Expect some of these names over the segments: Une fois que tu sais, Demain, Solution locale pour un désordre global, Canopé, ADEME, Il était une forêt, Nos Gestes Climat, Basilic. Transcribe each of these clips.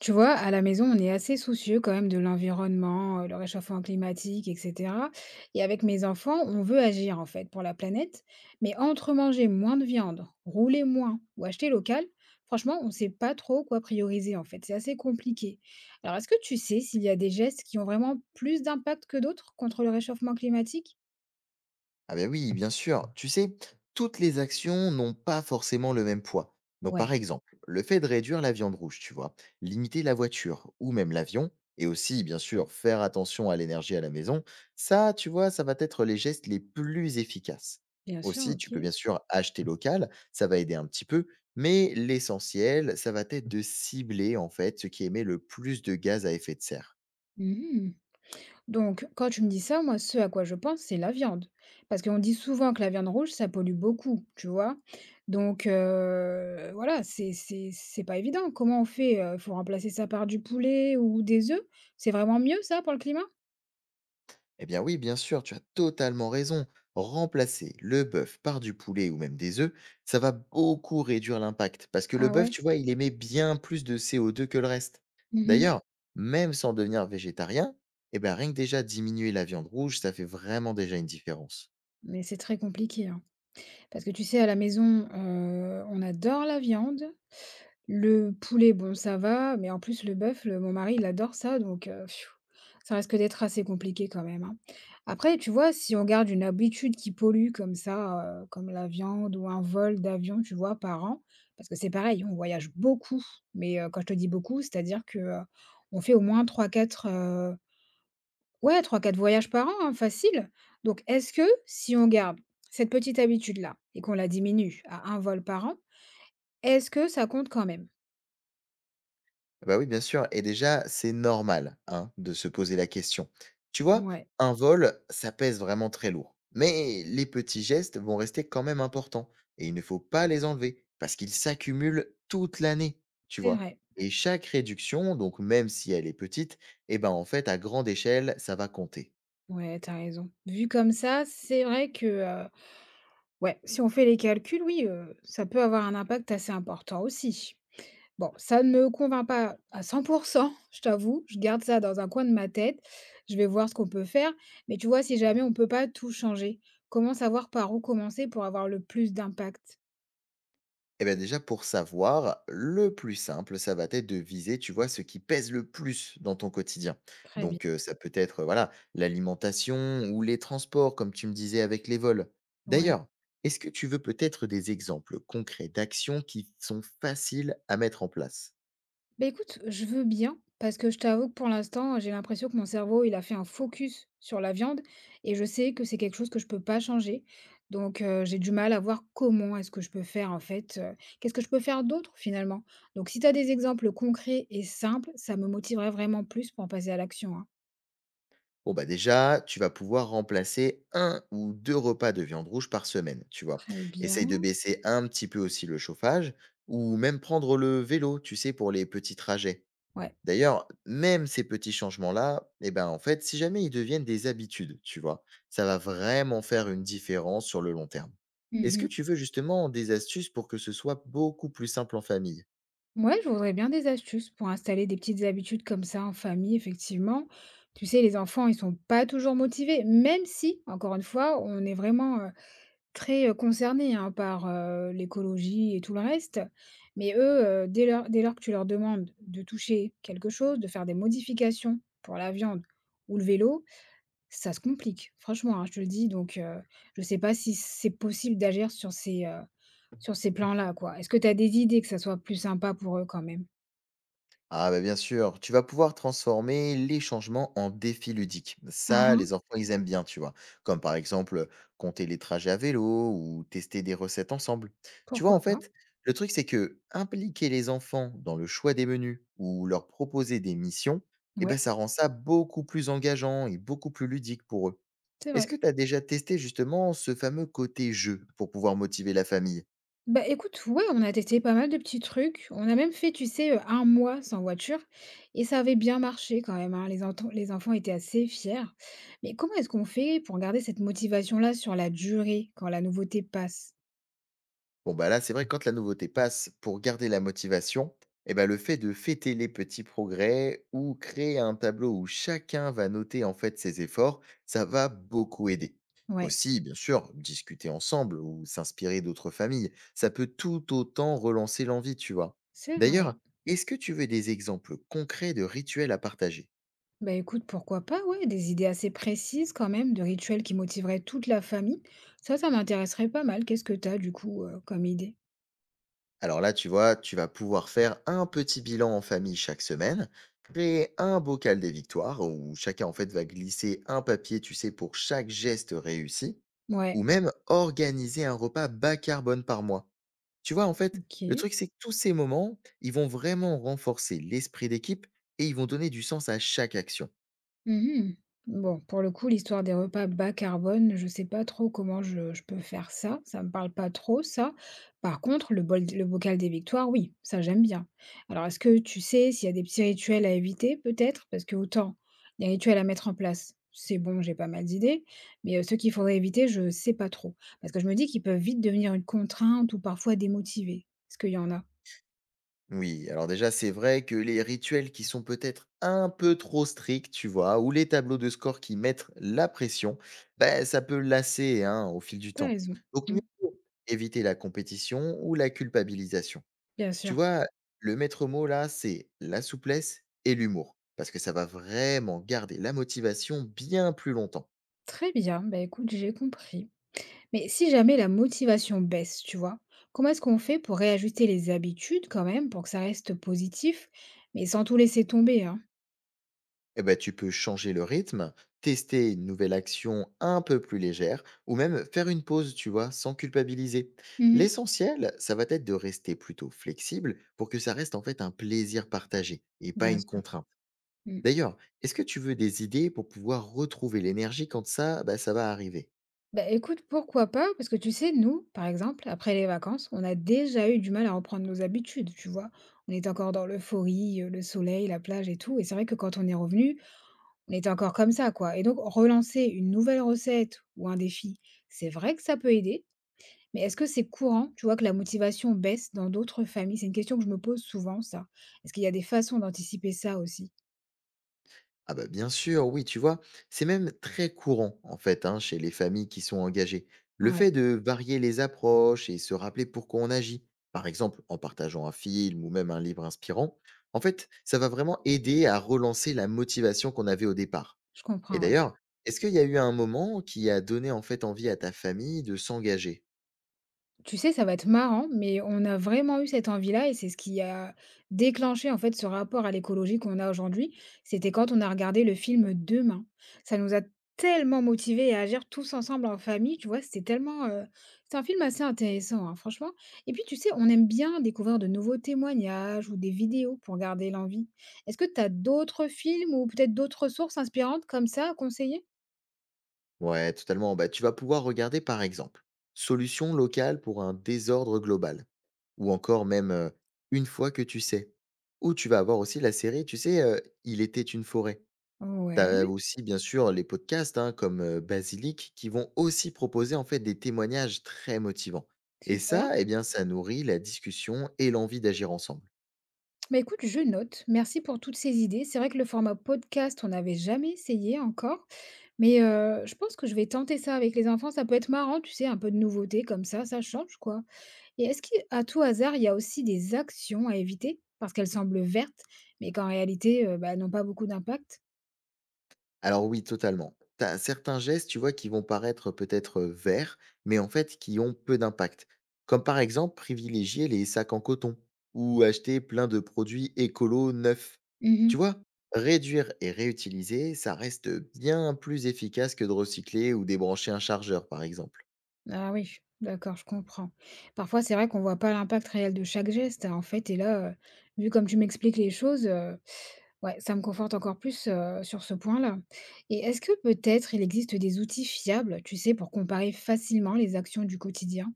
Tu vois, à la maison, on est assez soucieux quand même de l'environnement, le réchauffement climatique, etc. Et avec mes enfants, on veut agir en fait pour la planète. Mais entre manger moins de viande, rouler moins ou acheter local, franchement, on ne sait pas trop quoi prioriser en fait. C'est assez compliqué. Alors, est-ce que tu sais s'il y a des gestes qui ont vraiment plus d'impact que d'autres contre le réchauffement climatique? Ah ben oui, bien sûr. Tu sais, toutes les actions n'ont pas forcément le même poids. Donc par Ouais, exemple, le fait de réduire la viande rouge, tu vois, limiter la voiture ou même l'avion, et aussi bien sûr faire attention à l'énergie à la maison, ça, tu vois, ça va être les gestes les plus efficaces. bien sûr, Aussi, tu ok. peux bien sûr acheter local, ça va aider un petit peu, mais l'essentiel, ça va être de cibler en fait ce qui émet le plus de gaz à effet de serre. Mhm. Donc, quand tu me dis ça, moi, ce à quoi je pense, c'est la viande. Parce qu'on dit souvent que la viande rouge, ça pollue beaucoup, tu vois? Donc, voilà, c'est pas évident. Comment on fait? Il faut remplacer ça par du poulet ou des œufs? C'est vraiment mieux ça pour le climat? Eh bien oui, bien sûr, tu as totalement raison. Remplacer le bœuf par du poulet ou même des œufs, ça va beaucoup réduire l'impact parce que le Ah bœuf, ouais? tu vois, il émet bien plus de CO2 que le reste. Mmh. D'ailleurs, même sans devenir végétarien, eh bien rien que déjà diminuer la viande rouge, ça fait vraiment déjà une différence. Mais c'est très compliqué, hein. Parce que tu sais, à la maison, on adore la viande. Le poulet, bon, ça va, mais en plus le bœuf, le mon mari, il adore ça, donc, ça risque d'être assez compliqué quand même, hein. Après, tu vois, si on garde une habitude qui pollue comme ça, comme la viande ou un vol d'avion, tu vois, par an, parce que c'est pareil, on voyage beaucoup, mais, quand je te dis beaucoup, c'est-à-dire que, on fait au moins trois quatre voyages par an, hein, facile. Donc est-ce que si on garde cette petite habitude-là et qu'on la diminue à un vol par an, est-ce que ça compte quand même? Ah bah oui, bien sûr. Et déjà, c'est normal, hein, de se poser la question. Tu vois, Ouais, un vol, ça pèse vraiment très lourd. Mais les petits gestes vont rester quand même importants. Et il ne faut pas les enlever, parce qu'ils s'accumulent toute l'année, tu c'est vois. vrai. Et chaque réduction, donc même si elle est petite, eh ben en fait, à grande échelle, ça va compter. Ouais, t'as raison. Vu comme ça, c'est vrai que, ouais, si on fait les calculs, oui, ça peut avoir un impact assez important aussi. Bon, ça ne me convainc pas à 100%, je t'avoue, je garde ça dans un coin de ma tête. Je vais voir ce qu'on peut faire, mais tu vois, si jamais on ne peut pas tout changer, comment savoir par où commencer pour avoir le plus d'impact? Eh bien déjà, pour savoir, le plus simple, ça va être de viser, tu vois, ce qui pèse le plus dans ton quotidien. Très bien. Donc, ça peut être, voilà, l'alimentation ou les transports, comme tu me disais avec les vols. Ouais. D'ailleurs, est-ce que tu veux peut-être des exemples concrets d'actions qui sont faciles à mettre en place? Beh, écoute, je veux bien parce que je t'avoue que pour l'instant, j'ai l'impression que mon cerveau, il a fait un focus sur la viande et je sais que c'est quelque chose que je peux pas changer. Donc, j'ai du mal à voir comment est-ce que je peux faire, en fait, qu'est-ce que je peux faire d'autre finalement? Donc si tu as des exemples concrets et simples, ça me motiverait vraiment plus pour en passer à l'action, hein. Bon, bah, déjà, tu vas pouvoir remplacer un ou 2 repas de viande rouge par semaine, tu vois? Très Essaye bien. de baisser un petit peu aussi le chauffage ou même prendre le vélo, tu sais, pour les petits trajets. Ouais. D'ailleurs, même ces petits changements-là, eh ben, en fait, si jamais ils deviennent des habitudes, tu vois, ça va vraiment faire une différence sur le long terme. Est-ce que Mmh. tu veux justement des astuces pour que ce soit beaucoup plus simple en famille? Ouais, je voudrais bien des astuces pour installer des petites habitudes comme ça en famille, effectivement. Tu sais, les enfants, ils sont pas toujours motivés, même si, encore une fois, on est vraiment, très, concernés hein, par, l'écologie et tout le reste. Mais eux, dès lors que tu leur demandes de toucher quelque chose, de faire des modifications pour la viande ou le vélo, ça se complique, franchement, hein, je te le dis. Donc, je sais pas si c'est possible d'agir sur ces plans-là, quoi. Est-ce que tu as des idées que ça soit plus sympa pour eux quand même? Ah bah bien sûr, tu vas pouvoir transformer les changements en défis ludiques. Mmh Ça, mh. les enfants, ils aiment bien, tu vois. Comme par exemple compter les trajets à vélo ou tester des recettes ensemble. Tu vois, en Pourquoi pas? fait, le truc, c'est que impliquer les enfants dans le choix des menus ou leur proposer des missions, eh ben Ouais, ça rend ça beaucoup plus engageant et beaucoup plus ludique pour eux. c'est Est-ce vrai. que tu as déjà testé justement ce fameux côté jeu pour pouvoir motiver la famille? Bah, écoute, ouais, on a testé pas mal de petits trucs. On a même fait, tu sais, 1 mois sans voiture et ça avait bien marché quand même, hein. Les enfants étaient assez fiers. Mais comment est-ce qu'on fait pour garder cette motivation-là sur la durée quand la nouveauté passe? Bon, bah là, c'est vrai que quand la nouveauté passe, pour garder la motivation, eh ben, le fait de fêter les petits progrès ou créer un tableau où chacun va noter en fait ses efforts, ça va beaucoup aider. Ouais, Aussi, bien sûr, discuter ensemble ou s'inspirer d'autres familles, ça peut tout autant relancer l'envie, tu vois. c'est vrai. D'ailleurs, est-ce que tu veux des exemples concrets de rituels à partager? Bah, écoute, pourquoi pas, ouais, des idées assez précises quand même de rituels qui motiveraient toute la famille. Ça m'intéresserait pas mal. Qu'est-ce que tu as du coup, comme idée? Alors là, tu vois, tu vas pouvoir faire un petit bilan en famille chaque semaine, créer un bocal des victoires où chacun en fait va glisser un papier, tu sais, pour chaque geste réussi, ou Ouais, même organiser un repas bas carbone par mois. Tu vois, en fait, le OK. truc c'est que tous ces moments, ils vont vraiment renforcer l'esprit d'équipe et ils vont donner du sens à chaque action. Mmh. Bon, pour le coup, l'histoire des repas bas carbone, je sais pas trop comment je peux faire ça. Ça me parle pas trop ça. Par contre, le bocal des victoires, oui, ça j'aime bien. Alors est-ce que tu sais s'il y a des petits rituels à éviter peut-être? Parce que autant les rituels à mettre en place, c'est bon, j'ai pas mal d'idées, mais, ceux qu'il faudrait éviter, je sais pas trop. Parce que je me dis qu'ils peuvent vite devenir une contrainte ou parfois démotiver. Est-ce qu'il y en a? Oui, alors déjà, c'est vrai que les rituels qui sont peut-être un peu trop stricts, tu vois, ou les tableaux de score qui mettent la pression, ben, ça peut lasser hein, au fil du T'as temps. raison. Donc, mieux Mmh, vaut éviter la compétition ou la culpabilisation. bien Tu sûr. vois, le maître mot là, c'est la souplesse et l'humour, parce que ça va vraiment garder la motivation bien plus longtemps. Très bien, bah écoute, j'ai compris. Mais si jamais la motivation baisse, tu vois, comment est-ce qu'on fait pour réajuster les habitudes quand même, pour que ça reste positif, mais sans tout laisser tomber, hein? Eh ben, tu peux changer le rythme, tester une nouvelle action un peu plus légère, ou même faire une pause, tu vois, sans culpabiliser. Mhm. L'essentiel, ça va être de rester plutôt flexible pour que ça reste en fait un plaisir partagé et pas Bien une sûr. contrainte. Mm. D'ailleurs, est-ce que tu veux des idées pour pouvoir retrouver l'énergie quand ça, bah, ça va arriver? Bah écoute, pourquoi pas? Parce que tu sais, nous, par exemple, après les vacances, on a déjà eu du mal à reprendre nos habitudes, tu vois. On est encore dans l'euphorie, le soleil, la plage et tout. Et c'est vrai que quand on est revenu, on était encore comme ça, quoi. Et donc, relancer une nouvelle recette ou un défi, c'est vrai que ça peut aider. Mais est-ce que c'est courant, tu vois, que la motivation baisse dans d'autres familles? C'est une question que je me pose souvent, ça. Est-ce qu'il y a des façons d'anticiper ça aussi? Ah bah bien sûr, oui, tu vois, c'est même très courant en fait hein, chez les familles qui sont engagées. Le Ouais, fait de varier les approches et se rappeler pourquoi on agit, par exemple en partageant un film ou même un livre inspirant, en fait, ça va vraiment aider à relancer la motivation qu'on avait au départ. je Et comprends, ouais. d'ailleurs, est-ce qu'il y a eu un moment qui a donné en fait envie à ta famille de s'engager? Tu sais, ça va être marrant, mais on a vraiment eu cette envie-là et c'est ce qui a déclenché en fait ce rapport à l'écologie qu'on a aujourd'hui. C'était quand on a regardé le film Demain. Ça nous a tellement motivés à agir tous ensemble en famille, tu vois, c'était tellement, c'est un film assez intéressant, hein, franchement. Et puis, tu sais, on aime bien découvrir de nouveaux témoignages ou des vidéos pour garder l'envie. Est-ce que tu as d'autres films ou peut-être d'autres sources inspirantes comme ça à conseiller? Ouais, totalement. Bah, tu vas pouvoir regarder par exemple Solution locale pour un désordre global ou encore même, Une fois que tu sais. Ou tu vas avoir aussi la série, tu sais, Il était une forêt. Tu as Ouais, aussi bien sûr les podcasts, hein, comme, Basilic qui vont aussi proposer en fait des témoignages très motivants. Et super. ça, eh bien, ça nourrit la discussion et l'envie d'agir ensemble. Bah, écoute, je note. Merci pour toutes ces idées. C'est vrai que le format podcast, on n'avait jamais essayé encore, mais, je pense que je vais tenter ça avec les enfants. Ça peut être marrant, tu sais, un peu de nouveauté comme ça change, quoi. Et est-ce qu'à tout hasard, il y a aussi des actions à éviter? Parce qu'elles semblent vertes, mais qu'en réalité, bah, elles n'ont pas beaucoup d'impact? Alors oui, totalement. T'as certains gestes, tu vois, qui vont paraître peut-être verts, mais en fait qui ont peu d'impact. Comme par exemple privilégier les sacs en coton ou acheter plein de produits écolos neufs. Tu Mmh. vois, réduire et réutiliser, ça reste bien plus efficace que de recycler ou débrancher un chargeur, par exemple. Ah oui, d'accord, je comprends. Parfois, c'est vrai qu'on voit pas l'impact réel de chaque geste, hein, en fait et là, vu comme tu m'expliques les choses, ouais, ça me conforte encore plus, sur ce point-là. Et est-ce que peut-être il existe des outils fiables, tu sais, pour comparer facilement les actions du quotidien?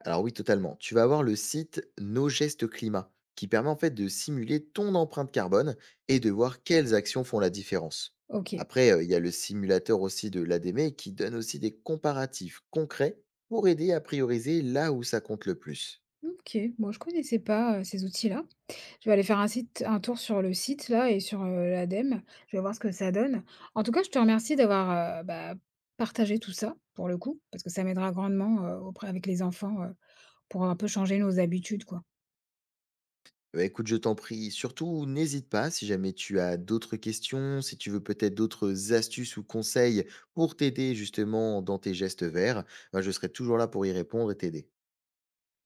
Alors oui, totalement. Tu vas avoir le site Nos Gestes Climat, qui permet en fait de simuler ton empreinte carbone et de voir quelles actions font la différence. OK. Après, il y a le simulateur aussi de l'ADME qui donne aussi des comparatifs concrets pour aider à prioriser là où ça compte le plus. OK, moi, je connaissais pas, ces outils-là. Je vais aller faire un tour sur le site là et sur, l'ADEME. Je vais voir ce que ça donne. En tout cas, je te remercie d'avoir, bah, partagé tout ça, pour le coup, parce que ça m'aidera grandement, auprès avec les enfants, pour un peu changer nos habitudes, quoi. Bah, écoute, je t'en prie, surtout n'hésite pas si jamais tu as d'autres questions, si tu veux peut-être d'autres astuces ou conseils pour t'aider justement dans tes gestes verts, bah, je serai toujours là pour y répondre et t'aider.